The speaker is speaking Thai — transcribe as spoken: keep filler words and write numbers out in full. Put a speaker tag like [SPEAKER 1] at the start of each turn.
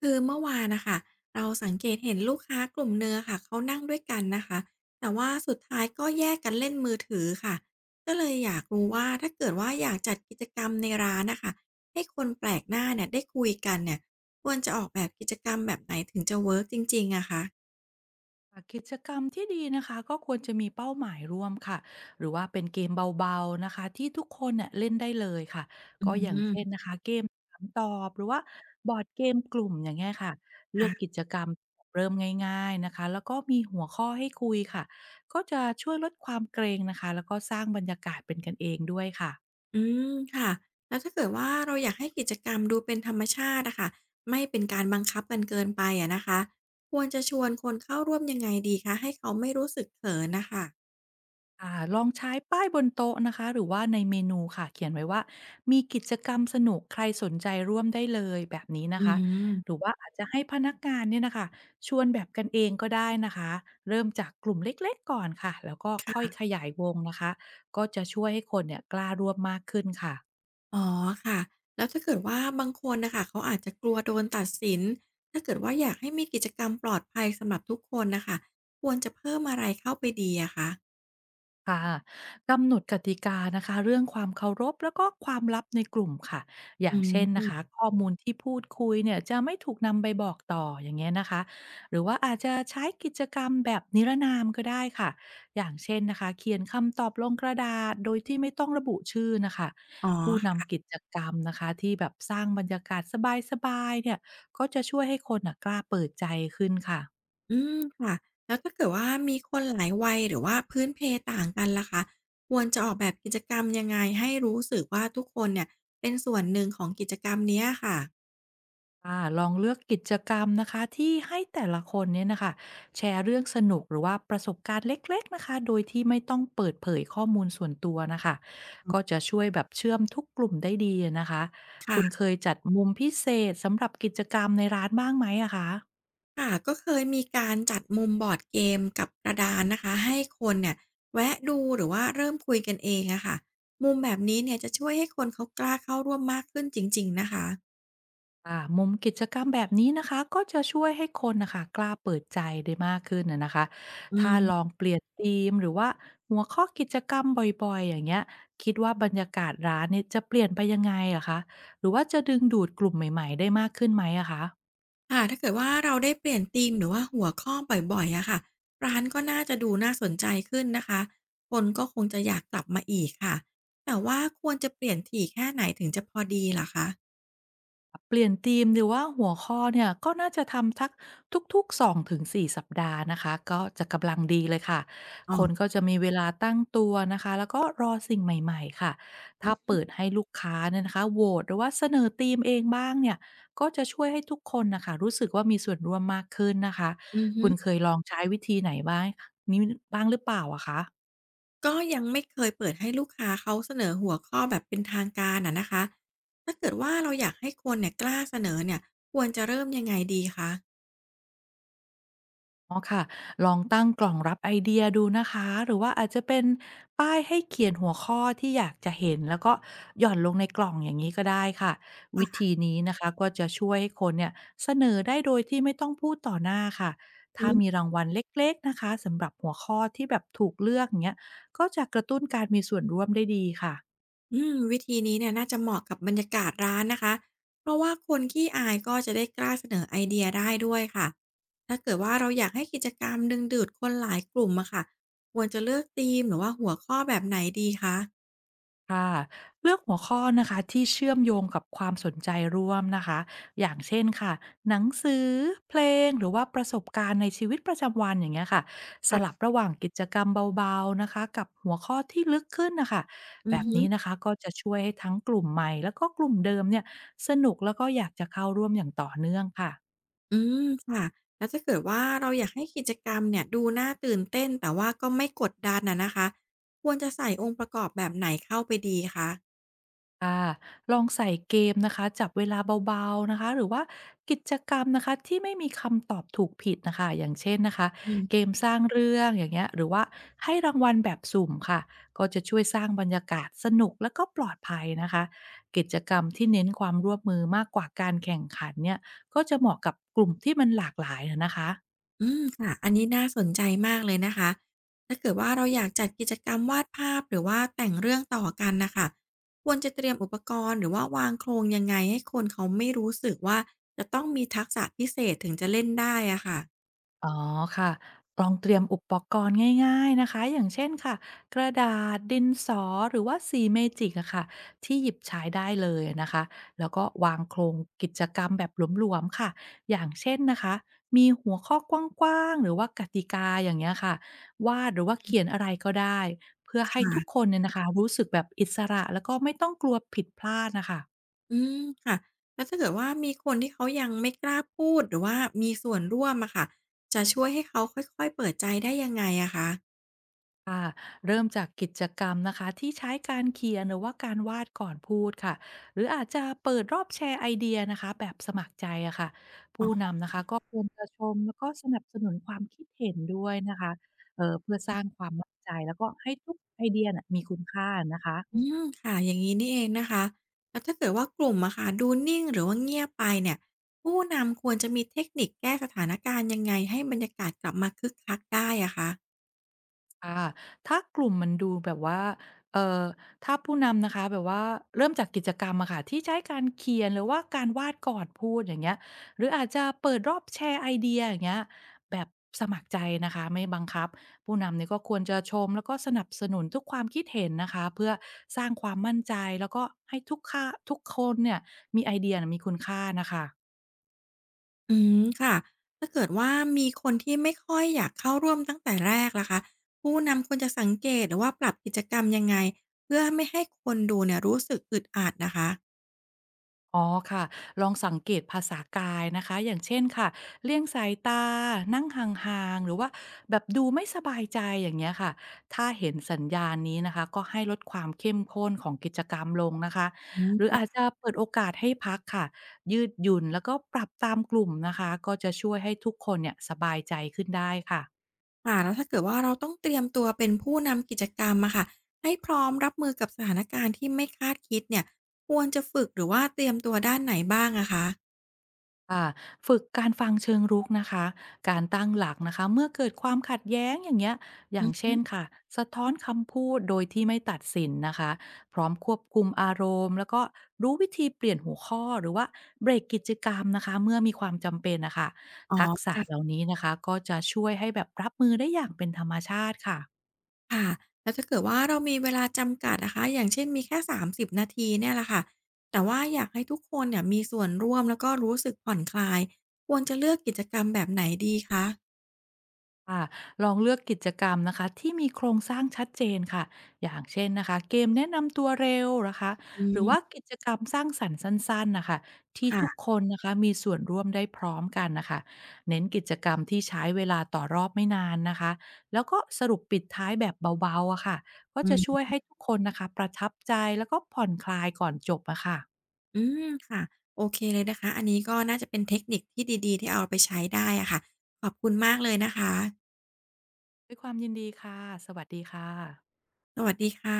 [SPEAKER 1] คือเมื่อวานนะคะเราสังเกตเห็นลูกค้ากลุ่มเนื้อะค่ะเขานั่งด้วยกันนะคะแต่ว่าสุดท้ายก็แยกกันเล่นมือถือค่ะก็เลยอยากรู้ว่าถ้าเกิดว่าอยากจัดกิจกรรมในร้านนะคะให้คนแปลกหน้าเนี่ยได้คุยกันเนี่ยควรจะออกแบบกิจกรรมแบบไหนถึงจะเวิร์กจริงๆอะคะ
[SPEAKER 2] ค่ะกิจกรรมที่ดีนะคะก็ควรจะมีเป้าหมายร่วมค่ะหรือว่าเป็นเกมเบาๆนะคะที่ทุกคนเนี่ยเล่นได้เลยค่ะ
[SPEAKER 1] อื
[SPEAKER 2] ก็อย่างเช่น
[SPEAKER 1] ม
[SPEAKER 2] นะคะเกมถามตอบหรือว่าบอร์ดเกมกลุ่มอย่างเงี้ยค่ะเลือกกิ
[SPEAKER 1] ค่ะ
[SPEAKER 2] จกรรมเริ่มง่ายๆนะคะแล้วก็มีหัวข้อให้คุยค่ะก็จะช่วยลดความเกรงนะคะแล้วก็สร้างบรรยากาศเป็นกันเองด้วยค่ะ
[SPEAKER 1] อืมค่ะแล้วถ้าเกิดว่าเราอยากให้กิจกรรมดูเป็นธรรมชาติอะค่ะไม่เป็นการบังคับกันเกินไปอะนะคะควรจะชวนคนเข้าร่วมยังไงดีคะให้เขาไม่รู้สึกเขินน่ะค่ะ
[SPEAKER 2] อ่าลองใช้ป้ายบนโต๊ะนะคะหรือว่าในเมนูค่ะเขียนไว้ว่ามีกิจกรรมสนุกใครสนใจร่วมได้เลยแบบนี้นะ
[SPEAKER 1] อื
[SPEAKER 2] คะ
[SPEAKER 1] ม
[SPEAKER 2] หรือว่าอาจจะให้พนักงานเนี่ยนะคะชวนแบบกันเองก็ได้นะคะเริ่มจากกลุ่มเล็กๆก่อนค่ะแล้วก็
[SPEAKER 1] ค
[SPEAKER 2] ค่อยข
[SPEAKER 1] ่ะ
[SPEAKER 2] ยายวงนะคะก็จะช่วยให้คนเนี่ยกล้าร่วมมากขึ้นค่ะ
[SPEAKER 1] อ๋อค่ะแล้วถ้าเกิดว่าบางคนน่ะค่ะเขาอาจจะกลัวโดนตัดสินถ้าเกิดว่าอยากให้มีกิจกรรมปลอดภัยสำหรับทุกคนน่ะค่ะควรจะเพิ่มอะไรเข้าไปดีอะคะ
[SPEAKER 2] ค่ะกำหนดกติกานะคะเรื่องความเคารพแล้วก็ความลับในกลุ่มค่ะอย่าง
[SPEAKER 1] อื
[SPEAKER 2] เช่นนะคะ
[SPEAKER 1] ม
[SPEAKER 2] ข้อมูลที่พูดคุยเนี่ยจะไม่ถูกนำไปบอกต่ออย่างเงี้ยนะคะหรือว่าอาจจะใช้กิจกรรมแบบนิรนามก็ได้ค่ะอย่างเช่นนะคะเขียนคำตอบลงกระดาษโดยที่ไม่ต้องระบุชื่อนะคะ
[SPEAKER 1] อ๋
[SPEAKER 2] ผู้
[SPEAKER 1] อ
[SPEAKER 2] นำกิจกรรมนะคะที่แบบสร้างบรรยากาศสบายๆเนี่ยก็จะช่วยให้คนนะกล้าเปิดใจขึ้นค่ะ
[SPEAKER 1] อืมค่ะแล้วถ้าเกิดว่ามีคนหลายวัยหรือว่าพื้นเพต่างกันล่ะคะควรจะออกแบบกิจกรรมยังไงให้รู้สึกว่าทุกคนเนี่ยเป็นส่วนหนึ่งของกิจกรรมเนี้ยค่ะ
[SPEAKER 2] อ่าลองเลือกกิจกรรมนะคะที่ให้แต่ละคนเนี่ยนะคะแชร์เรื่องสนุกหรือว่าประสบการณ์เล็กๆนะคะโดยที่ไม่ต้องเปิดเผยข้อมูลส่วนตัวนะคะก็จะช่วยแบบเชื่อมทุกกลุ่มได้ดีนะคะคุณ
[SPEAKER 1] ค่ะ
[SPEAKER 2] เคยจัดมุมพิเศษสำหรับกิจกรรมในร้านบ้างไหมอะคะ
[SPEAKER 1] ค่ะก็เคยมีการจัดมุมบอร์ดเกมกับกระดานนะคะให้คนเนี่ยแวะดูหรือว่าเริ่มคุยกันเองอะค่ะมุมแบบนี้เนี่ยจะช่วยให้คนเขากล้าเข้าร่วมมากขึ้นจริงๆนะคะ
[SPEAKER 2] ค่ะมุมกิจกรรมแบบนี้นะคะก็จะช่วยให้คนนะคะกล้าเปิดใจได้มากขึ้นนะนะคะ
[SPEAKER 1] อื
[SPEAKER 2] ถ้าลอง
[SPEAKER 1] ม
[SPEAKER 2] เปลี่ยนธีมหรือว่าหัวข้อกิจกรรมบ่อยๆอย่างเงี้ยคิดว่าบรรยากาศร้านเนี่ยจะเปลี่ยนไปยังไงหรอะคะหรือว่าจะดึงดูดกลุ่มใหม่ๆได้มากขึ้นไหมอะคะ
[SPEAKER 1] ค่ะถ้าเกิดว่าเราได้เปลี่ยนธีมหรือว่าหัวข้อบ่อยๆอะค่ะร้านก็น่าจะดูน่าสนใจขึ้นนะคะคนก็คงจะอยากกลับมาอีกค่ะแต่ว่าควรจะเปลี่ยนถี่แค่ไหนถึงจะพอดีล่ะคะ
[SPEAKER 2] เปลี่ยนธีมหรือว่าหัวข้อเนี่ยก็น่าจะทำทักทุกๆสองถึงสี่สสัปดาห์นะคะก็จะกำลังดีเลยค่ะ
[SPEAKER 1] อ๋อ
[SPEAKER 2] คนก็จะมีเวลาตั้งตัวนะคะแล้วก็รอสิ่งใหม่ๆค่ะ
[SPEAKER 1] อื
[SPEAKER 2] ถ้า
[SPEAKER 1] ม
[SPEAKER 2] เปิดให้ลูกค้าเนี่ยนะคะโหวตหรือว่าเสนอธีมเองบ้างเนี่ยก็จะช่วยให้ทุกคนนะคะรู้สึกว่ามีส่วนร่วมมากขึ้นนะคะ
[SPEAKER 1] อือฮึ
[SPEAKER 2] คุณเคยลองใช้วิธีไหนบ้างนี้บ้างหรือเปล่าอะคะ
[SPEAKER 1] ก็ยังไม่เคยเปิดให้ลูกค้าเขาเสนอหัวข้อแบบเป็นทางการอะนะคะถ้าเกิดว่าเราอยากให้คนเนี่ยกล้าเสนอเนี่ยควรจะเริ่มยังไงดีคะ
[SPEAKER 2] อ๋อค่ะลองตั้งกล่องรับไอเดียดูนะคะหรือว่าอาจจะเป็นป้ายให้เขียนหัวข้อที่อยากจะเห็นแล้วก็หย่อนลงในกล่องอย่างนี้ก็ได้ค่ะวิ
[SPEAKER 1] ่ะ
[SPEAKER 2] ธีนี้นะคะก็จะช่วยให้คนเนี่ยเสนอได้โดยที่ไม่ต้องพูดต่อหน้าค่ะถ้ามีรางวัลเล็กๆนะคะสำหรับหัวข้อที่แบบถูกเลือกเนี้ยก็จะกระตุ้นการมีส่วนร่วมได้ดีค่ะ
[SPEAKER 1] อืมวิธีนี้เนี่ยน่าจะเหมาะกับบรรยากาศร้านนะคะ เพราะว่าคนขี้อายก็จะได้กล้าเสนอไอเดียได้ด้วยค่ะ ถ้าเกิดว่าเราอยากให้กิจกรรมดึงดูดคนหลายกลุ่มอะค่ะควรจะเลือกธีมหรือว่าหัวข้อแบบไหนดีคะ
[SPEAKER 2] ค่ะเลือกหัวข้อนะคะที่เชื่อมโยงกับความสนใจร่วมนะคะอย่างเช่นค่ะหนังสือเพลงหรือว่าประสบการณ์ในชีวิตประจำวันอย่างเงี้ยค่ะสลับ
[SPEAKER 1] ค่ะ
[SPEAKER 2] ระหว่างกิจกรรมเบาๆนะคะกับหัวข้อที่ลึกขึ้นนะคะแบ
[SPEAKER 1] อือ
[SPEAKER 2] บ
[SPEAKER 1] ฮึ
[SPEAKER 2] นี้นะคะก็จะช่วยให้ทั้งกลุ่มใหม่แล้วก็กลุ่มเดิมเนี่ยสนุกแล้วก็อยากจะเข้าร่วมอย่างต่อเนื่องค่ะ
[SPEAKER 1] อืมค่ะแล้วถ้าเกิดว่าเราอยากให้กิจกรรมเนี่ยดูน่าตื่นเต้นแต่ว่าก็ไม่กดดันนะนะคะ ควรจะใส่องค์ประกอบแบบไหนเข้าไปดีคะ
[SPEAKER 2] ค่ะลองใส่เกมนะคะจับเวลาเบาๆนะคะหรือว่ากิจกรรมนะคะที่ไม่มีคำตอบถูกผิดนะคะอย่างเช่นนะคะเกมสร้างเรื่องอย่างเงี้ยหรือว่าให้รางวัลแบบสุ่มค่ะก็จะช่วยสร้างบรรยากาศสนุกแล้วก็ปลอดภัยนะคะกิจกรรมที่เน้นความร่วมมือมากกว่าการแข่งขันเนี่ยก็จะเหมาะกับกลุ่มที่มันหลากหลายนะคะ
[SPEAKER 1] อืมค่ะ อันนี้น่าสนใจมากเลยนะคะถ้าเกิดว่าเราอยากจัดกิจกรรมวาดภาพหรือว่าแต่งเรื่องต่อกันนะคะควรจะเตรียมอุปกรณ์หรือว่าวางโครงยังไงให้คนเขาไม่รู้สึกว่าจะต้องมีทักษะพิเศษถึงจะเล่นได้อะค่ะ
[SPEAKER 2] อ๋อค่ะลองเตรียมอุปกรณ์ง่ายๆนะคะอย่างเช่นค่ะกระดาษดินสอหรือว่าสีเมจิกอะค่ะที่หยิบใช้ได้เลยนะคะแล้วก็วางโครงกิจกรรมแบบหลวมๆค่ะอย่างเช่นนะคะมีหัวข้อกว้างๆหรือว่ากติกาอย่างเงี้ยค่ะวาดหรือว่าเขียนอะไรก็ได้เพื่อให้ทุกค
[SPEAKER 1] ค่ะ
[SPEAKER 2] นเนี่ยนะคะรู้สึกแบบอิสระแล้วก็ไม่ต้องกลัวผิดพลาดนะคะ
[SPEAKER 1] อืมค่ะแล้วถ้าเกิดว่ามีคนที่เขายังไม่กล้าพูดหรือว่ามีส่วนร่วมอะค่ะจะช่วยให้เขาค่อยๆเปิดใจได้ยังไงอะคะ
[SPEAKER 2] ค่ะเริ่มจากกิจกรรมนะคะที่ใช้การเขียนหรือว่าการวาดก่อนพูดค่ะหรืออาจจะเปิดรอบแชร์ไอเดียนะคะแบบสมัครใจอะค่ะผู้นำนะคะก็ควรจะชมแล้วก็สนับสนุนความคิดเห็นด้วยนะคะเอ่อเพื่อสร้างความมั่นใจแล้วก็ให้ทุกไอเดียน่ะมีคุณค่านะคะ
[SPEAKER 1] อืมค่ะอย่างงี้นี่เองนะคะแล้วถ้าเกิดว่ากลุ่มอะค่ะดูนิ่งหรือว่าเงียบไปเนี่ยผู้นำควรจะมีเทคนิคแก้สถานการณ์ยังไงให้บรรยากาศกลับมาคึกคักได้อะคะ
[SPEAKER 2] ค่ะถ้ากลุ่มมันดูแบบว่าเอ่อถ้าผู้นำนะคะแบบว่าเริ่มจากกิจกรรมอะค่ะที่ใช้การเขียนหรือว่าการวาดก่อนพูดอย่างเงี้ยหรืออาจจะเปิดรอบแชร์ไอเดียอย่างเงี้ยแบบสมัครใจนะคะไม่บังคับผู้นำเนี่ยก็ควรจะชมแล้วก็สนับสนุนทุกความคิดเห็นนะคะเพื่อสร้างความมั่นใจแล้วก็ให้ทุกค่าทุกคนเนี่ยมีไอเดียน่ะมีคุณค่าน่ะค่ะ
[SPEAKER 1] อืมค่ะถ้าเกิดว่ามีคนที่ไม่ค่อยอยากเข้าร่วมตั้งแต่แรกล่ะคะผู้นำควรจะสังเกตหรือว่าปรับกิจกรรมยังไงเพื่อไม่ให้คนดูเนี่ยรู้สึกอึดอัดนะคะ
[SPEAKER 2] อ๋อค่ะลองสังเกตภาษากายนะคะอย่างเช่นค่ะเลี่ยงสายตานั่งห่างๆ หรือว่าแบบดูไม่สบายใจอย่างเงี้ยค่ะถ้าเห็นสัญญาณนี้นะคะก็ให้ลดความเข้มข้นของกิจกรรมลงนะคะ
[SPEAKER 1] อืม
[SPEAKER 2] หรืออาจจะเปิดโอกาสให้พักค่ะยืดหยุ่นแล้วก็ปรับตามกลุ่มนะคะก็จะช่วยให้ทุกคนเนี่ยสบายใจขึ้นได้ค่ะ
[SPEAKER 1] ค่ะแล้วถ้าเกิดว่าเราต้องเตรียมตัวเป็นผู้นำกิจกรรมอะค่ะให้พร้อมรับมือกับสถานการณ์ที่ไม่คาดคิดเนี่ยควรจะฝึกหรือว่าเตรียมตัวด้านไหนบ้างอะคะ
[SPEAKER 2] ค่ะฝึกการฟังเชิงรุกนะคะการตั้งหลักนะคะเมื่อเกิดความขัดแย้งอย่างเงี้ยอ
[SPEAKER 1] อื
[SPEAKER 2] ย่าง
[SPEAKER 1] อฮึ
[SPEAKER 2] เช่นค่ะสะท้อนคำพูดโดยที่ไม่ตัดสินนะคะพร้อมควบคุมอารมณ์แล้วก็รู้วิธีเปลี่ยนหัวข้อหรือว่าเบรกกิจกรรมนะคะเมื่อมีความจำเป็นนะคะ
[SPEAKER 1] อ๋อ
[SPEAKER 2] ทักษะเห
[SPEAKER 1] ค่ะ
[SPEAKER 2] ล่านี้นะคะก็จะช่วยให้แบบรับมือได้อย่างเป็นธรรมชาติค่ะ
[SPEAKER 1] ค่ะแล้วถ้าเกิดว่าเรามีเวลาจำกัดอะคะอย่างเช่นมีแค่สามสิบนาทีเนี่ยแหละค่ะแต่ว่าอยากให้ทุกคนเนี่ยมีส่วนร่วมแล้วก็รู้สึกผ่อนคลายควรจะเลือกกิจกรรมแบบไหนดีคะ
[SPEAKER 2] ค่ะลองเลือกกิจกรรมนะคะที่มีโครงสร้างชัดเจนค่ะอย่างเช่นนะคะเกมแนะนำตัวเร็วนะคะ
[SPEAKER 1] อื
[SPEAKER 2] หรือว่า
[SPEAKER 1] ม
[SPEAKER 2] กิจกรรมสร้างสรรค์สั้นๆนะคะที่ทุก
[SPEAKER 1] ค่ะ
[SPEAKER 2] คนนะคะมีส่วนร่วมได้พร้อมกันนะคะเน้นกิจกรรมที่ใช้เวลาต่อรอบไม่นานนะคะแล้วก็สรุปปิดท้ายแบบเบาๆอะค่ะก็
[SPEAKER 1] อื
[SPEAKER 2] จะช่
[SPEAKER 1] ม
[SPEAKER 2] วยให้ทุกคนนะคะประทับใจแล้วก็ผ่อนคลายก่อนจบอะค่ะ
[SPEAKER 1] อืมค่ะโอเคเลยนะคะอันนี้ก็น่าจะเป็นเทคนิคที่ดีๆที่เอาไปใช้ได้อะค่ะขอบคุณมากเลยนะคะ
[SPEAKER 2] ด้วยความยินดีค่ะสวัสดีค่ะ
[SPEAKER 1] สวัสดีค่ะ